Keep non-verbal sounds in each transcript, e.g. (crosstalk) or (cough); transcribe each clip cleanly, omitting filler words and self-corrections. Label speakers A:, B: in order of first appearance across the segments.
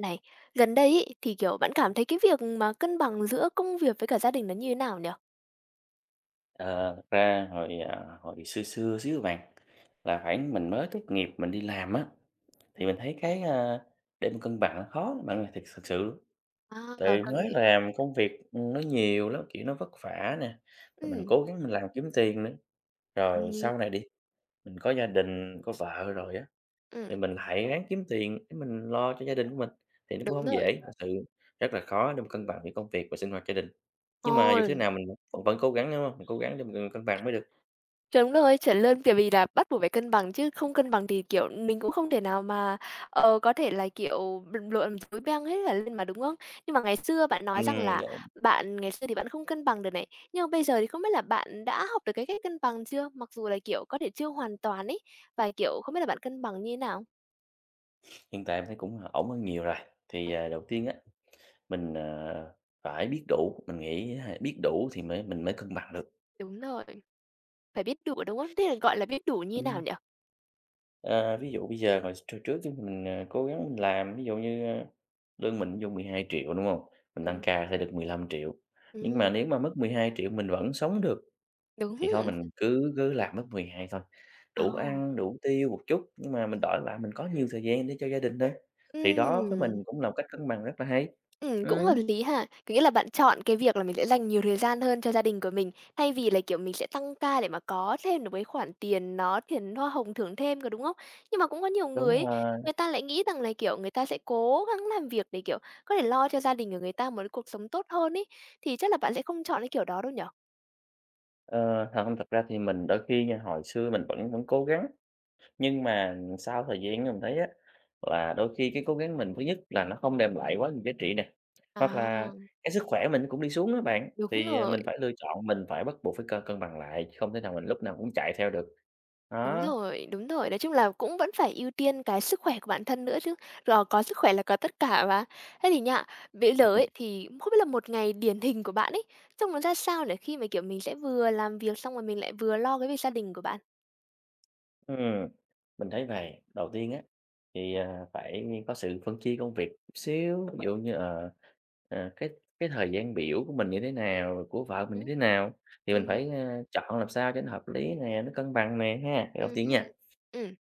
A: Này, gần đây ấy, thì, kiểu, bạn cảm thấy cái việc mà cân bằng giữa công việc với cả gia đình nó như thế nào nhỉ?
B: Ờ, thật ra hồi xưa xưa xíu bạn, là khoảng mình mới tốt nghiệp mình đi làm á, thì
A: Ừm.
B: mình thấy để mà cân bằng nó khó lắm bạn ơi, thiệt thực sự luôn.
A: À,
B: Tại vì
A: có. Ừm.
B: mới
A: Nghĩa.
B: làm công việc, nó nhiều lắm, kiểu, nó vất vả nè, rồi mình
A: Ừm.
B: cố gắng mình làm kiếm tiền nữa. Rồi
A: Ừm.
B: sau này đi, mình có gia đình, có vợ rồi á, thì mình lại ráng kiếm tiền để mình lo cho gia đình của mình, thì nó cũng
A: Đúng
B: không
A: rồi.
B: dễ, thật sự rất là khó để mà cân bằng giữa công việc và sinh hoạt gia đình. Nhưng mà dù thế
A: Ôi,
B: nào mình vẫn vẫn cố gắng, đúng không? Mình cố gắng để mình cân bằng mới được.
A: đúng rồi, chuẩn luôn, bởi vì là bắt buộc phải cân bằng chứ không cân bằng thì, kiểu, mình cũng không thể nào mà, có thể là, kiểu, bận rộn rối beng hết cả lên mà, đúng không? Nhưng mà ngày xưa bạn nói rằng
B: Ừm,
A: là
B: đúng,
A: bạn ngày xưa thì bạn không cân bằng được này, nhưng mà bây giờ thì không biết là bạn đã học được cái cách cân bằng chưa? Mặc dù là, kiểu, có thể chưa hoàn toàn ấy, và, kiểu, không biết là bạn cân bằng như thế nào?
B: hiện tại em thấy cũng ổn hơn nhiều rồi. Đầu tiên á, mình, ờ, phải biết đủ, mình nghĩ á, biết đủ thì mới mình mới cân bằng được.
A: Đúng rồi, phải biết đủ, đúng không? Thế là gọi là biết đủ như
B: Ừm,
A: nào nhỉ?
B: ờ, ví dụ bây giờ hồi hồi trước thì cố gắng mình làm, ví dụ như, lương mình dùng 12 triệu đúng không? Mình tăng
A: Ừm,
B: ca sẽ được 15 triệu. Nhưng mà
A: ừm,
B: nếu mà mất 12 triệu mình vẫn sống được
A: đúng.
B: thì thôi mình cứ cứ làm mất 12 thôi,
A: Ờ,
B: đủ ăn, đủ tiêu một chút, nhưng mà mình đổi lại mình có nhiều thời gian để cho gia đình hơn, thì đó với
A: ừm,
B: mình cũng là một cách cân bằng rất là hay.
A: cũng hợp
B: Ừm.
A: lý ha. Có nghĩa là bạn chọn cái việc là mình sẽ dành nhiều thời gian hơn cho gia đình của mình, thay vì là, kiểu, mình sẽ tăng ca để mà có thêm được cái khoản tiền nó tiền hoa hồng thưởng thêm, có đúng không? Nhưng mà cũng có nhiều
B: Đúng
A: người ấy,
B: rồi,
A: người ta lại nghĩ rằng là, kiểu, người ta sẽ cố gắng làm việc để, kiểu, có thể lo cho gia đình của người ta một cái cuộc sống tốt hơn ấy, thì chắc là bạn sẽ không chọn cái kiểu đó đâu nhỉ?
B: thật ra thì mình đôi khi nha, hồi xưa mình vẫn vẫn cố gắng, nhưng mà sau thời gian mình thấy á, là đôi khi cái cố gắng mình thứ nhất là nó không đem lại quá nhiều giá trị nè, hoặc
A: À,
B: là cái sức khỏe mình cũng đi xuống đó bạn,
A: đúng rồi.
B: mình phải lựa chọn, mình phải bắt buộc phải cân cân bằng lại, chứ không thể nào mình lúc nào cũng chạy theo được.
A: Đúng
B: Đó,
A: rồi, đúng rồi. Nói chung là cũng vẫn phải ưu tiên cái sức khỏe của bản thân nữa chứ. Rồi có sức khỏe là có tất cả mà. Thế thì nha, bây giờ ấy thì không biết là một ngày điển hình của bạn ấy, trông nó ra sao để khi mà, kiểu, mình sẽ vừa làm việc xong rồi mình lại vừa lo cái việc gia đình của bạn?
B: ừm. Mình thấy vậy đầu tiên á, phải có sự phân chia công việc chút xíu, ví dụ như, ờ, cái cái thời gian biểu của mình như thế nào, rồi của vợ mình như
A: Hửm?
B: thế nào, thì mình
A: Hứm,
B: phải chọn làm sao cho nó hợp lý nè, nó cân bằng nè ha, cái đầu tiên
A: hưm,
B: nha.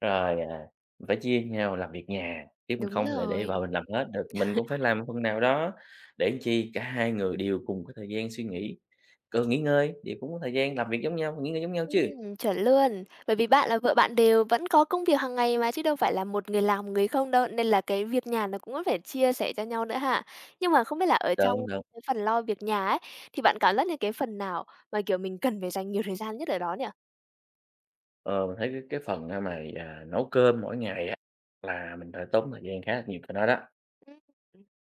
B: Rồi, mình phải chia nhau làm việc nhà, chứ mình
A: đúng
B: không thể để vợ
A: rồi.
B: mình làm hết được, mình cũng phải làm một phần nào đó, để làm chi cả hai người đều cùng có thời gian suy nghĩ, còn nghỉ ngơi thì cũng có thời gian làm việc giống nhau, nghỉ ngơi giống nhau chứ.
A: Chuẩn luôn. Bởi vì bạn là vợ bạn đều vẫn có công việc hàng ngày mà, chứ đâu phải là một người làm, một người không đâu, nên là cái việc nhà nó cũng phải chia sẻ cho nhau nữa ha. Nhưng mà không biết là ở
B: Đúng.
A: trong cái phần lo việc nhà ấy, thì bạn cảm giác như cái phần nào mà, kiểu, mình cần phải dành nhiều thời gian nhất ở đó nhỉ?
B: Ờ, mình thấy cái phần, nấu cơm mỗi ngày á, là mình phải tốn thời gian khá là nhiều cho nó đó.
A: Ừm.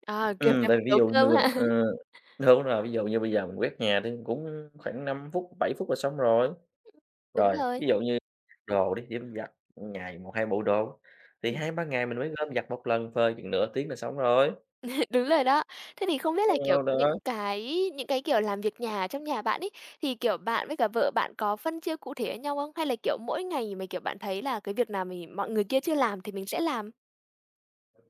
A: À, kiểu,
B: Ừ,
A: cái
B: tại
A: phần
B: vì ví
A: nấu
B: dụ
A: cơm
B: như
A: ha.
B: ờ,
A: (laughs)
B: đúng rồi, ví dụ như bây giờ mình quét nhà thì cũng khoảng 5 phút, 7 phút là xong rồi.
A: Đúng
B: Rồi, ví
A: rồi.
B: dụ như đồ đi, thì mình giặt ngày một 2 bộ đồ, thì 2 3 ngày mình mới gom giặt một lần, phơi chừng nửa tiếng là xong rồi.
A: Đúng rồi đó. Thế thì không biết là, kiểu,
B: Đó, đó.
A: những cái, kiểu, làm việc nhà trong nhà bạn ấy, thì, kiểu, bạn với cả vợ bạn có phân chia cụ thể với nhau không? Hay là, kiểu, mỗi ngày mà, kiểu, bạn thấy là cái việc nào mình mọi người kia chưa làm thì mình sẽ làm?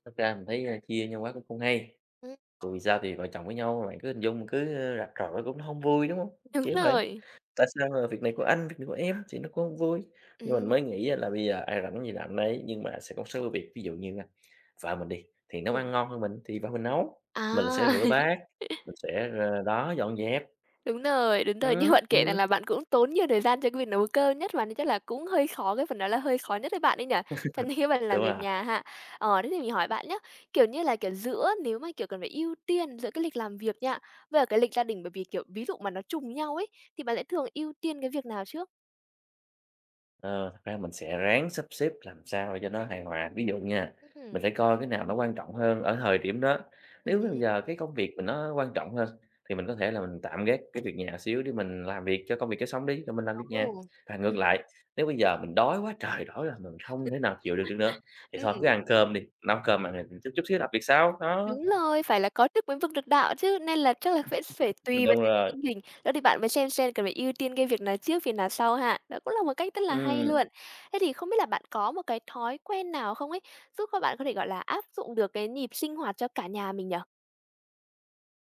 B: Thật ra mình thấy, chia nhau quá cũng không hay.
A: Ừm.
B: Dù sao thì vợ chồng với nhau bạn cứ hình dung cứ, rạch ròi cũng không vui, đúng hông?
A: Đúng
B: Kiểu vậy,
A: rồi.
B: tại sao là việc này của anh, việc này của em thì nó cũng hông vui. Nhưng mình
A: Ừm,
B: mới nghĩ á là bây giờ ai rảnh gì làm nấy, nhưng mà sẽ có một số cái việc ví dụ như là vợ mình đi, thì nấu
A: ừm.
B: ăn ngon hơn mình thì vợ mình nấu, mình sẽ
A: À.
B: rửa bát, mình sẽ dọn dẹp.
A: Đúng rồi, đúng rồi. Như
B: Ừm,
A: bạn kể
B: ừm,
A: rằng là bạn cũng tốn nhiều thời gian cho cái việc nấu cơm, nhất và nó chắc là cũng hơi khó, cái phần đó là hơi khó nhất với bạn ấy nhỉ? Cho nên cái bạn
B: đúng
A: làm việc
B: rồi.
A: nhà ha. Ờ, thế thì mình hỏi bạn nhé, kiểu như là, kiểu, giữa nếu mà, kiểu, cần phải ưu tiên giữa cái lịch làm việc nha, với cả cái lịch gia đình bởi vì, kiểu, ví dụ mà nó trùng nhau ấy, thì bạn sẽ thường ưu tiên cái việc nào trước?
B: Ờ, thật ra mình sẽ ráng sắp xếp làm sao để cho nó hài hòa. Ví dụ nha, mình
A: Ừm.
B: phải coi cái nào nó quan trọng hơn ở thời điểm đó. Nếu bây
A: Ừm.
B: giờ cái công việc mình nó quan trọng hơn thì mình có thể là mình tạm gác cái việc nhà xíu để mình làm việc cho công việc cho xong đi, rồi mình làm việc nhà.
A: Ồ.
B: Và ngược
A: Ừm.
B: lại, nếu bây giờ mình đói quá trời đói là mình không thể nào chịu được được nữa thì thôi cứ
A: Ừm.
B: ăn cơm đi, nấu cơm ăn rồi chút chút xíu làm việc sau. Đó,
A: Đúng rồi, phải là có đức mới vực được đạo chứ, nên là chắc là phải phải tùy vào
B: đúng
A: từng cái
B: rồi.
A: tình hình, đó thì bạn mới xem cần phải ưu tiên cái việc nào trước, việc nào sau ha. Đó cũng là một cách rất là hay
B: Ừm.
A: luôn. Thế thì không biết là bạn có một cái thói quen nào không ấy, giúp các bạn có thể, gọi là, áp dụng được cái nhịp sinh hoạt cho cả nhà mình nhỉ?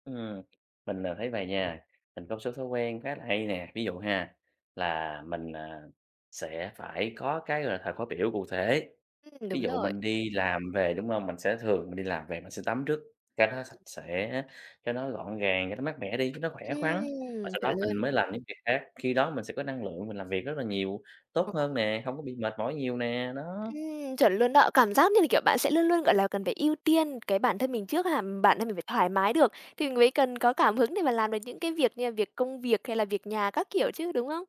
B: Ừm, mình thấy vậy nha, mình có một số thói quen khá là hay nè. Ví dụ ha, là sẽ phải có cái, gọi là, thời khóa biểu cụ thể. Ví
A: Đúng
B: dụ
A: rồi.
B: mình đi làm về, đúng không? Mình sẽ thường mình đi làm về mình sẽ tắm trước cho nó sạch sẽ, cho nó gọn gàng, cho nó mát mẻ đi, cho nó khỏe khoắn, và sau
A: Chuẩn
B: đó mình
A: luôn.
B: mới làm những việc khác. Khi đó mình sẽ có năng lượng mình làm việc rất là nhiều, tốt hơn nè, không có bị mệt mỏi nhiều nè, đó.
A: Chuẩn luôn đó. Cảm giác như là, kiểu, bạn sẽ luôn luôn, gọi là, cần phải ưu tiên cái bản thân mình trước ha, bản thân mình phải thoải mái được, thì mình mới cần có cảm hứng để mà làm được những cái việc như là việc công việc hay là việc nhà các kiểu chứ, đúng không?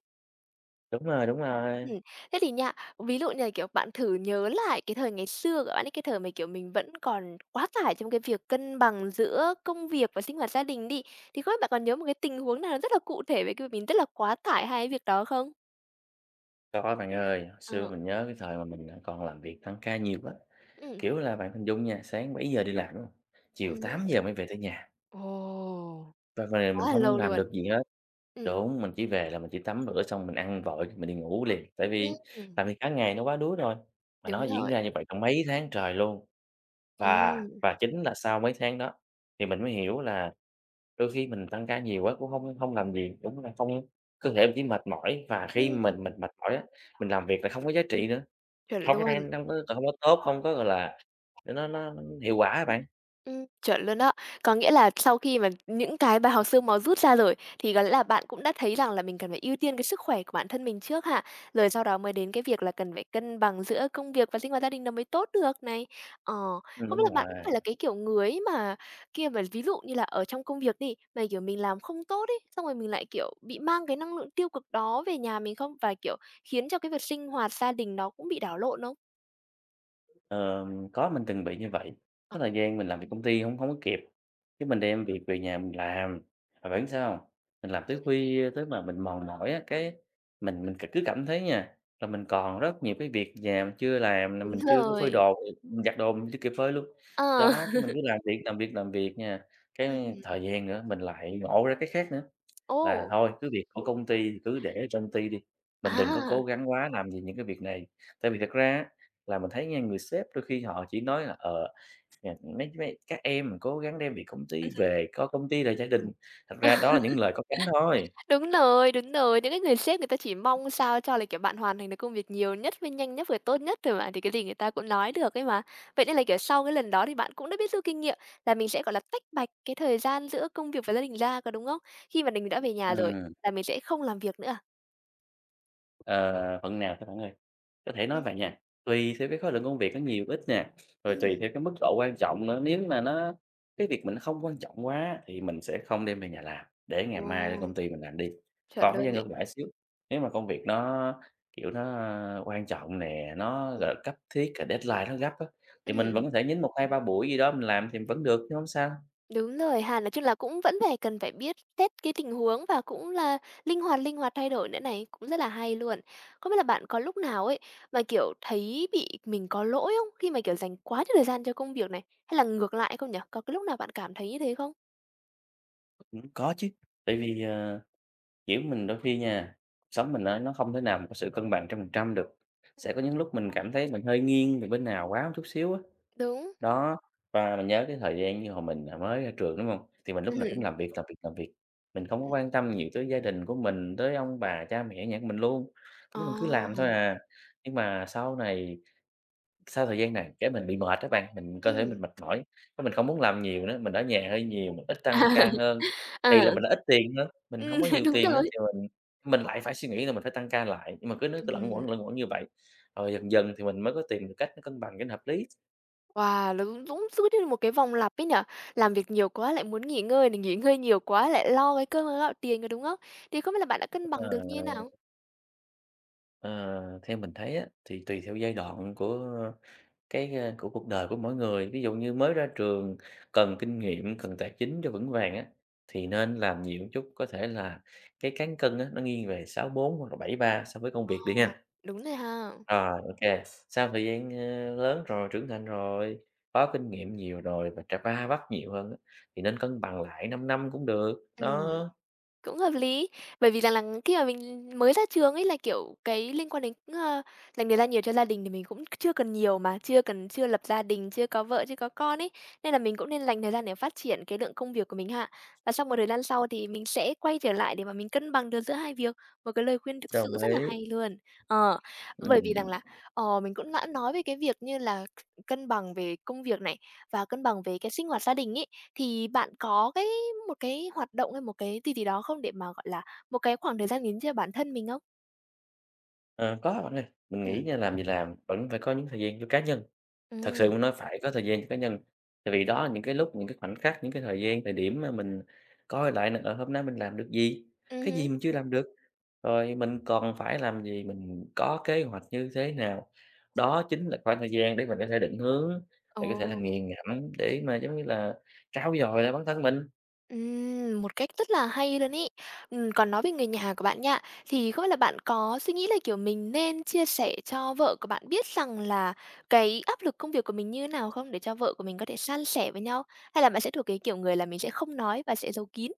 B: Đúng rồi, đúng rồi.
A: Ừm, thế thì nha, ví dụ như là, kiểu, bạn thử nhớ lại cái thời ngày xưa của bạn ấy, cái thời mà, kiểu, mình vẫn còn quá tải trong cái việc cân bằng giữa công việc và sinh hoạt gia đình đi, thì không biết bạn còn nhớ một cái tình huống nào rất là cụ thể về cái việc mình rất là quá tải hai cái việc đó không?
B: Có bạn ơi, hồi xưa
A: Ờ,
B: mình nhớ cái thời mà còn làm việc tăng ca nhiều quá,
A: ừm,
B: kiểu là, bạn hình dung nha, sáng 7 giờ đi làm, đúng hông? Chiều
A: hứm.
B: 8 giờ mới về tới nhà,
A: Ồ!
B: và về mình
A: Quá là
B: không
A: lâu
B: làm
A: luôn.
B: được gì hết.
A: Ừm,
B: Đúng, mình chỉ về là mình chỉ tắm rửa xong mình ăn vội mình đi ngủ liền, tại vì
A: ừm,
B: làm việc cả ngày nó quá đuối rồi, mà nó
A: đúng
B: diễn
A: rồi.
B: ra như vậy trong mấy tháng trời luôn. Và
A: Ừm,
B: và chính là sau mấy tháng đó thì mình mới hiểu là đôi khi mình tăng ca nhiều quá cũng không không làm gì, đúng là không, cơ thể mình chỉ mệt mỏi và khi
A: ừm,
B: mình mệt mỏi á, mình làm việc là không có giá trị nữa.
A: chuẩn
B: Không, cái
A: luôn.
B: này hông có không có tốt, không có, gọi là, nó hiệu quả á bạn.
A: Chuẩn luôn đó. Có nghĩa là sau khi mà những cái bài học xương máu rút ra rồi, thì có lẽ là bạn cũng đã thấy rằng là mình cần phải ưu tiên cái sức khỏe của bản thân mình trước ha, rồi sau đó mới đến cái việc là cần phải cân bằng giữa công việc và sinh hoạt gia đình nó mới tốt được này. Ờ, không
B: Đúng
A: biết là
B: rồi,
A: bạn có phải là cái kiểu người ấy mà kia mà ví dụ như là ở trong công việc đi, mà, kiểu, mình làm không tốt ấy, xong rồi mình lại, kiểu, bị mang cái năng lượng tiêu cực đó về nhà mình không? Và, kiểu, khiến cho cái việc sinh hoạt gia đình nó cũng bị đảo lộn không?
B: ờ, có mình từng bị như vậy.
A: Ờ,
B: Có thời gian mình làm việc công ty hông hông có kịp, cái mình đem việc về nhà mình làm, mà bạn biết sao hông? Mình làm tới
A: ừm.
B: khuya tới mà mình mòn mỏi á, cái mình cứ cảm thấy nha, là mình còn rất nhiều cái việc nhà mình chưa làm nè,
A: Đúng
B: mình chưa có phơi
A: rồi.
B: đồ, mình giặt đồ mình chưa kịp phơi luôn.
A: Ờ.
B: Đó, cái mình
A: (laughs)
B: cứ làm việc, làm việc, làm việc nha,
A: Ừm,
B: cái thời gian nữa mình lại ngộ ra cái khác nữa. Là
A: ồ!
B: thôi cứ việc của công ty thì cứ để ở trong ty đi, mình đừng có
A: À,
B: cố gắng quá làm gì những cái việc này. Tại vì thật ra á, là mình thấy nha, người sếp đôi khi họ chỉ nói là, à, "Mấy mấy các em mà cố gắng đem việc công ty về, có công ty là gia đình." Thật ra đó là
A: (laughs)
B: những lời có cánh thôi.
A: đúng rồi, những cái người sếp người ta chỉ mong sao cho là, kiểu, bạn hoàn thành được công việc nhiều nhất với nhanh nhất và tốt nhất thôi mà, thì cái gì người ta cũng nói được ấy mà. Vậy nên là, kiểu, sau cái lần đó thì bạn cũng đã biết rút kinh nghiệm là mình sẽ, gọi là, tách bạch cái thời gian giữa công việc và gia đình ra, có đúng không? Khi mà mình đã về nhà rồi
B: Ừm,
A: là mình sẽ không làm việc nữa.
B: ờ, phần nào thôi bạn ơi. Có thể nói
A: Ừm,
B: vậy
A: ừm.
B: nha, tùy theo cái khối lượng công việc nó nhiều ít nè, rồi tùy theo cái mức độ quan trọng nữa, nếu mà nó cái việc mình nó không quan trọng quá thì mình sẽ không đem về nhà làm, để ngày
A: Ồ,
B: mai lên công ty mình làm đi.
A: chuẩn
B: Còn bây giờ
A: luôn đấy.
B: ngược lại xíu, nếu mà công việc nó, kiểu, nó quan trọng nè, nó, gọi
A: Ừm,
B: là, cấp thiết, cái deadline nó gấp á, thì mình
A: ừm.
B: vẫn có thể nhín một 2 3 buổi gì đó mình làm thì vẫn được chứ không sao.
A: Đúng rồi ha, nói chung là cũng vẫn phải cần phải biết hết cái tình huống và cũng là linh hoạt thay đổi nữa này, cũng rất là hay luôn. Không biết là bạn có lúc nào ấy mà, kiểu, thấy bị mình có lỗi không? Khi mà, kiểu, dành quá nhiều thời gian cho công việc này, hay là ngược lại không nhỉ? Có cái lúc nào bạn cảm thấy như thế không?
B: Có chứ, tại
A: Ừm,
B: vì, ờ Kiểu mình đôi khi nha, cuộc sống mình nó không thể nào mà có sự cân bằng 100% được. Sẽ có những lúc mình cảm thấy mình hơi nghiêng về bên nào quá một chút xíu á.
A: đúng.
B: Đó, và mình nhớ cái thời gian như hồi mới ra trường, đúng không? Thì mình
A: Ừm,
B: lúc nào cũng
A: ừm.
B: làm việc, làm việc, làm việc, mình không có quan tâm nhiều tới gia đình của mình, tới ông bà, cha mẹ nhà của mình luôn,
A: Ờ.
B: cái mình cứ làm thôi à. Nhưng mà sau này sau thời gian này cái mình bị mệt á bạn, mình cơ thể
A: Ừm.
B: mình mệt mỏi, cái mình không muốn làm nhiều nữa, mình ở nhà hơi nhiều, mình ít tăng ca
A: (laughs)
B: hơn.
A: À.
B: Thì là mình lại ít tiền nữa, mình không có
A: (laughs)
B: nhiều
A: Đúng
B: tiền nữa
A: rồi.
B: thì mình lại phải suy nghĩ là mình phải tăng ca lại, nhưng mà cứ nó cứ
A: Ừm.
B: luẩn quẩn như vậy, rồi dần dần thì mình mới có tìm được cách nó cân bằng cho nó hợp lý.
A: Wow, nó cũng cũng cứ như một cái vòng lặp ấy nhở. Làm việc nhiều quá lại muốn nghỉ ngơi, này nghỉ ngơi nhiều quá lại lo cái cơm áo gạo tiền, có đúng không? Thì không biết là bạn đã cân bằng được như thế
B: Ờ,
A: nào?
B: ờ, theo mình thấy á, thì tùy theo giai đoạn của cuộc đời của mỗi người. Ví dụ như mới ra trường cần kinh nghiệm, cần tài chính cho vững vàng á, thì nên làm nhiều một chút, có thể là cái cán cân á, nó nghiêng về 6-4 hoặc là 7-3 so với công
A: Ờ,
B: việc đi ha.
A: đúng rồi ha.
B: Rồi, ok, sau thời gian lớn rồi, trưởng thành rồi, có kinh nghiệm nhiều rồi và trà ba bắp nhiều hơn á, thì nên cân bằng lại 5 năm cũng được,
A: Ừ.
B: đó.
A: Cũng hợp lý, bởi vì rằng là khi mà mình mới ra trường ấy là, kiểu, cái liên quan đến, dành thời gian nhiều cho gia đình thì mình cũng chưa cần nhiều mà, chưa lập gia đình, chưa có vợ, chưa có con ấy, nên là mình cũng nên dành thời gian để phát triển cái lượng công việc của mình ha. Và sau một thời gian sau thì mình sẽ quay trở lại để mà mình cân bằng được giữa hai việc, một cái lời khuyên thực sự
B: Đồng
A: rất là
B: ý.
A: hay luôn. Ờ, bởi vì
B: Ừm,
A: rằng là, ờ, mình cũng đã nói về cái việc như là cân bằng về công việc này và cân bằng về cái sinh hoạt gia đình ấy, thì bạn có cái một cái hoạt động hay một cái gì gì đó không? Để mà, gọi là, một cái khoảng thời gian nghỉ cho bản thân mình không?
B: ờ, có bạn ơi, mình nghĩ
A: Ừm,
B: nha làm gì làm, vẫn phải có những thời gian cho cá nhân. Thật sự
A: ừm,
B: muốn nói phải có thời gian cho cá nhân, tại vì đó là những cái lúc, những cái khoảnh khắc, những cái thời gian, thời điểm mà mình coi lại là, ở hôm nay mình làm được gì, cái gì
A: hứm.
B: mình chưa làm được, rồi mình còn phải làm gì, mình có kế hoạch như thế nào. Đó chính là khoảng thời gian để mình có thể định hướng, để có thể là
A: Ồ,
B: nghiền ngẫm, để mà, giống như là, trau dồi lại bản thân mình.
A: một cách rất là hay luôn ấy. Còn nói về người nhà của bạn nha, thì không biết là bạn có suy nghĩ là, kiểu, mình nên chia sẻ cho vợ của bạn biết rằng là cái áp lực công việc của mình như thế nào không? Để cho vợ của mình có thể san sẻ với nhau? Hay là bạn sẽ thuộc cái kiểu người là mình sẽ không nói và sẽ giấu kín?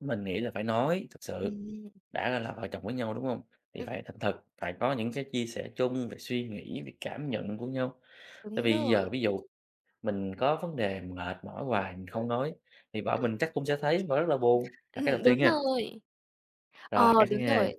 B: Mình nghĩ là phải nói thực sự,
A: Ừm,
B: đã là vợ chồng với nhau, đúng không? Thì
A: ừm,
B: phải thành thật, phải có những cái chia sẻ chung về suy nghĩ, về cảm nhận của nhau. Tại
A: đúng
B: vì giờ
A: rồi,
B: ví dụ, mình có vấn đề mệt mỏi hoài, mình không nói, thì vợ
A: ừm,
B: mình chắc cũng sẽ thấy và rất là buồn, là cái đầu tiên
A: đúng
B: ha.
A: rồi.
B: Rồi
A: Ờ,
B: cái thứ
A: đúng
B: hai,
A: rồi.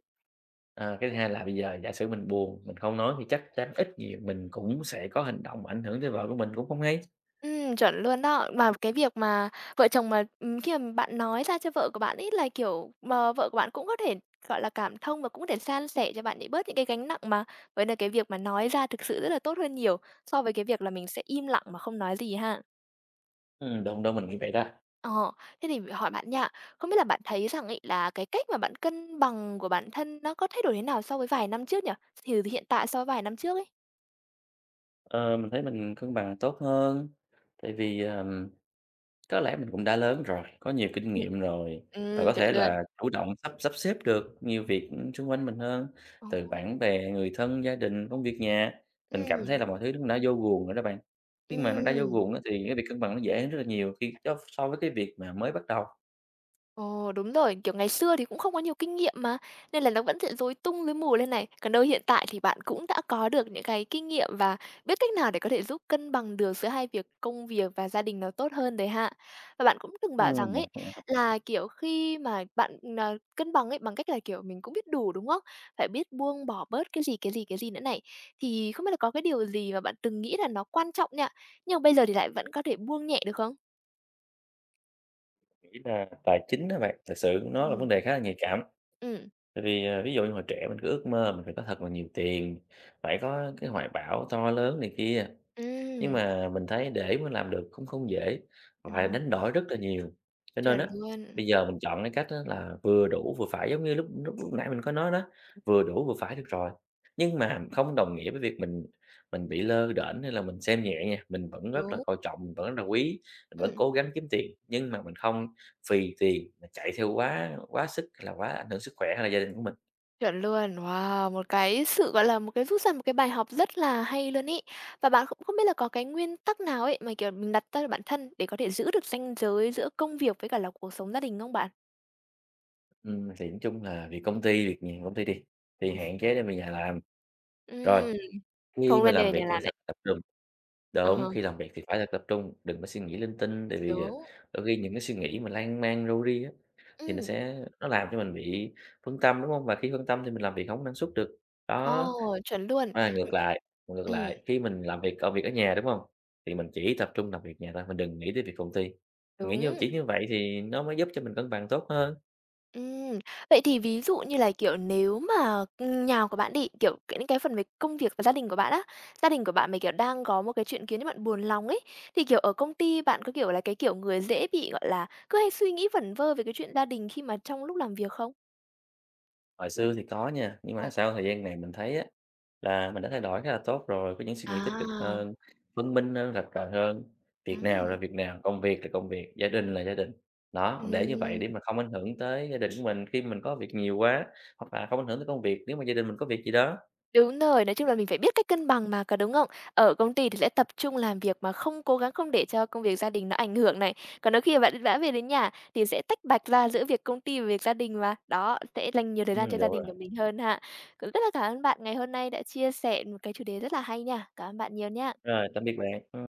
B: ờ, cái thứ hai là bây giờ giả sử mình buồn, mình không nói thì chắc chắn ít nhiều mình cũng sẽ có hành động ảnh hưởng tới vợ của mình cũng không hay.
A: Chuẩn luôn đó. Mà cái việc mà vợ chồng mà, khi mà bạn nói ra cho vợ của bạn ấy là, kiểu, mà vợ của bạn cũng có thể, gọi là, cảm thông và cũng có thể san sẻ cho bạn ấy bớt những cái gánh nặng mà. Vậy là cái việc mà nói ra thực sự rất là tốt hơn nhiều so với cái việc là mình sẽ im lặng mà không nói gì ha.
B: Đâu đâu mình nghĩ vậy đó.
A: Ờ, thế thì hỏi bạn nha, không biết là bạn thấy rằng ấy là cái cách mà bạn cân bằng của bản thân nó có thay đổi thế nào so với vài năm trước nhỉ? Thì hiện tại so với vài năm trước ấy?
B: Ờ, mình thấy mình cân bằng tốt hơn, tại vì, có lẽ mình cũng đã lớn rồi, có nhiều kinh nghiệm rồi và có
A: Chuẩn
B: thể
A: luôn.
B: là chủ động sắp sắp xếp được nhiều việc, xung quanh mình hơn,
A: Ờ,
B: từ bạn bè, người thân, gia đình, công việc nhà. Mình cảm thấy
A: ừm,
B: là mọi thứ nó đã vô guồng rồi đó bạn. Khi mà nó đã vô
A: ừm.
B: guồng á thì cái việc cân bằng nó dễ hơn rất là nhiều khi cho so với cái việc mà mới bắt đầu.
A: Ồ, đúng rồi, kiểu, ngày xưa thì cũng không có nhiều kinh nghiệm mà, nên là nó vẫn sẽ rối tung, rối mù lên này. Còn đâu hiện tại thì bạn cũng đã có được những cái kinh nghiệm và biết cách nào để có thể giúp cân bằng được giữa hai việc công việc và gia đình nó tốt hơn đấy ha. Và bạn cũng từng bảo rằng
B: Mình
A: ấy, là, kiểu, khi mà bạn, ờ, cân bằng ấy, bằng cách là, kiểu, mình cũng biết đủ, đúng không? Phải biết buông bỏ bớt cái gì, cái gì, cái gì nữa này. Thì không biết là có cái điều gì mà bạn từng nghĩ là nó quan trọng nha, nhưng mà bây giờ thì lại vẫn có thể buông nhẹ được không?
B: nghĩ là tài chính đó bạn, thật sự nó là vấn
A: Ừ,
B: đề khá là nhạy cảm.
A: ừ,
B: Tại vì, à, ví dụ như hồi trẻ mình cứ ước mơ mình phải có thật là nhiều tiền, phải có cái hoài bão to lớn này kia. Nhưng
A: ừ,
B: mà mình thấy để mà làm được cũng không dễ, phải
A: ừm.
B: đánh đổi rất là nhiều. Cho nên
A: Chuẩn
B: á,
A: luôn,
B: bây giờ mình chọn cái cách á là vừa đủ vừa phải, giống như lúc lúc lúc nãy mình có nói đó, vừa đủ vừa phải được rồi. Nhưng mà không đồng nghĩa với việc mình bị lơ đễnh hay là mình xem nhẹ nha, mình vẫn rất là
A: đúng,
B: coi trọng, mình vẫn rất là quý, mình vẫn
A: ừm,
B: cố gắng kiếm tiền, nhưng mà mình không vì tiền mà chạy theo quá quá sức hay là quá ảnh hưởng sức khỏe hay là gia đình của mình.
A: chuẩn luôn. Wow, một cái sự, gọi là, một cái rút ra một cái bài học rất là hay luôn ý. Và bạn cũng không biết là có cái nguyên tắc nào ấy, mà, kiểu, mình đặt ra cho bản thân để có thể giữ được ranh giới giữa công việc với cả là cuộc sống gia đình không bạn?
B: Thì nói chung là việc công ty, việc nhà công ty đi, thì hạn chế để về nhà làm. Rồi,
A: Ừm,
B: khi
A: không
B: mà
A: lên
B: làm
A: đề
B: việc
A: này
B: thì
A: là
B: phải thật
A: này.
B: tập trung, đúng,
A: Ờ,
B: khi làm việc thì phải là tập trung, đừng có suy nghĩ linh tinh, tại vì,
A: đúng,
B: đôi khi những cái suy nghĩ mà lan man râu ria á, thì nó
A: ừm,
B: sẽ nó làm cho mình bị phân tâm, đúng không? Và khi phân tâm thì mình làm việc không có năng suất được. Đó,
A: ồ, chuẩn luôn.
B: mà ngược lại ngược
A: Ừm,
B: lại, khi mình làm việc công việc ở nhà, đúng không? Thì mình chỉ tập trung làm việc nhà thôi, mình đừng nghĩ tới việc công ty. Mình nghĩ như
A: đúng.
B: chỉ như vậy thì nó mới giúp cho mình cân bằng tốt hơn.
A: Ừm, vậy thì ví dụ như là, kiểu, nếu mà, nhà của bạn đi, kiểu, cái những cái phần về công việc và gia đình của bạn á, gia đình của bạn mà, kiểu, đang có một cái chuyện khiến cho bạn buồn lòng ấy, thì, kiểu, ở công ty bạn có, kiểu, là cái kiểu người dễ bị, gọi là, cứ hay suy nghĩ vẩn vơ về cái chuyện gia đình khi mà trong lúc làm việc không?
B: Hồi xưa thì có nha, nhưng mà
A: Ừm.
B: sau thời gian này mình thấy á, là mình đã thay đổi khá là tốt rồi, có những suy nghĩ tích cực
A: À,
B: hơn, văn minh hơn, rạch ròi hơn. Việc nào
A: ừm,
B: là việc nào, công việc là công việc, gia đình là gia đình. Đó, mình để như vậy để mà không ảnh hưởng tới gia đình của mình khi mình có việc nhiều quá, hoặc là không ảnh hưởng tới công việc nếu mà gia đình mình có việc gì đó.
A: đúng rồi, nói chung là mình phải biết cách cân bằng mà, có đúng không? Ở công ty thì sẽ tập trung làm việc mà không cố gắng không để cho công việc gia đình nó ảnh hưởng này. Còn đôi khi bạn đã về đến nhà thì sẽ tách bạch ra giữa việc công ty và việc gia đình mà. Đó, sẽ dành nhiều thời gian cho
B: Được
A: gia
B: rồi.
A: đình của mình hơn ha. Cũng rất là cảm ơn bạn ngày hôm nay đã chia sẻ một cái chủ đề rất là hay nha. Cảm ơn bạn nhiều nha.
B: Rồi, tạm biệt bạn. Ừm.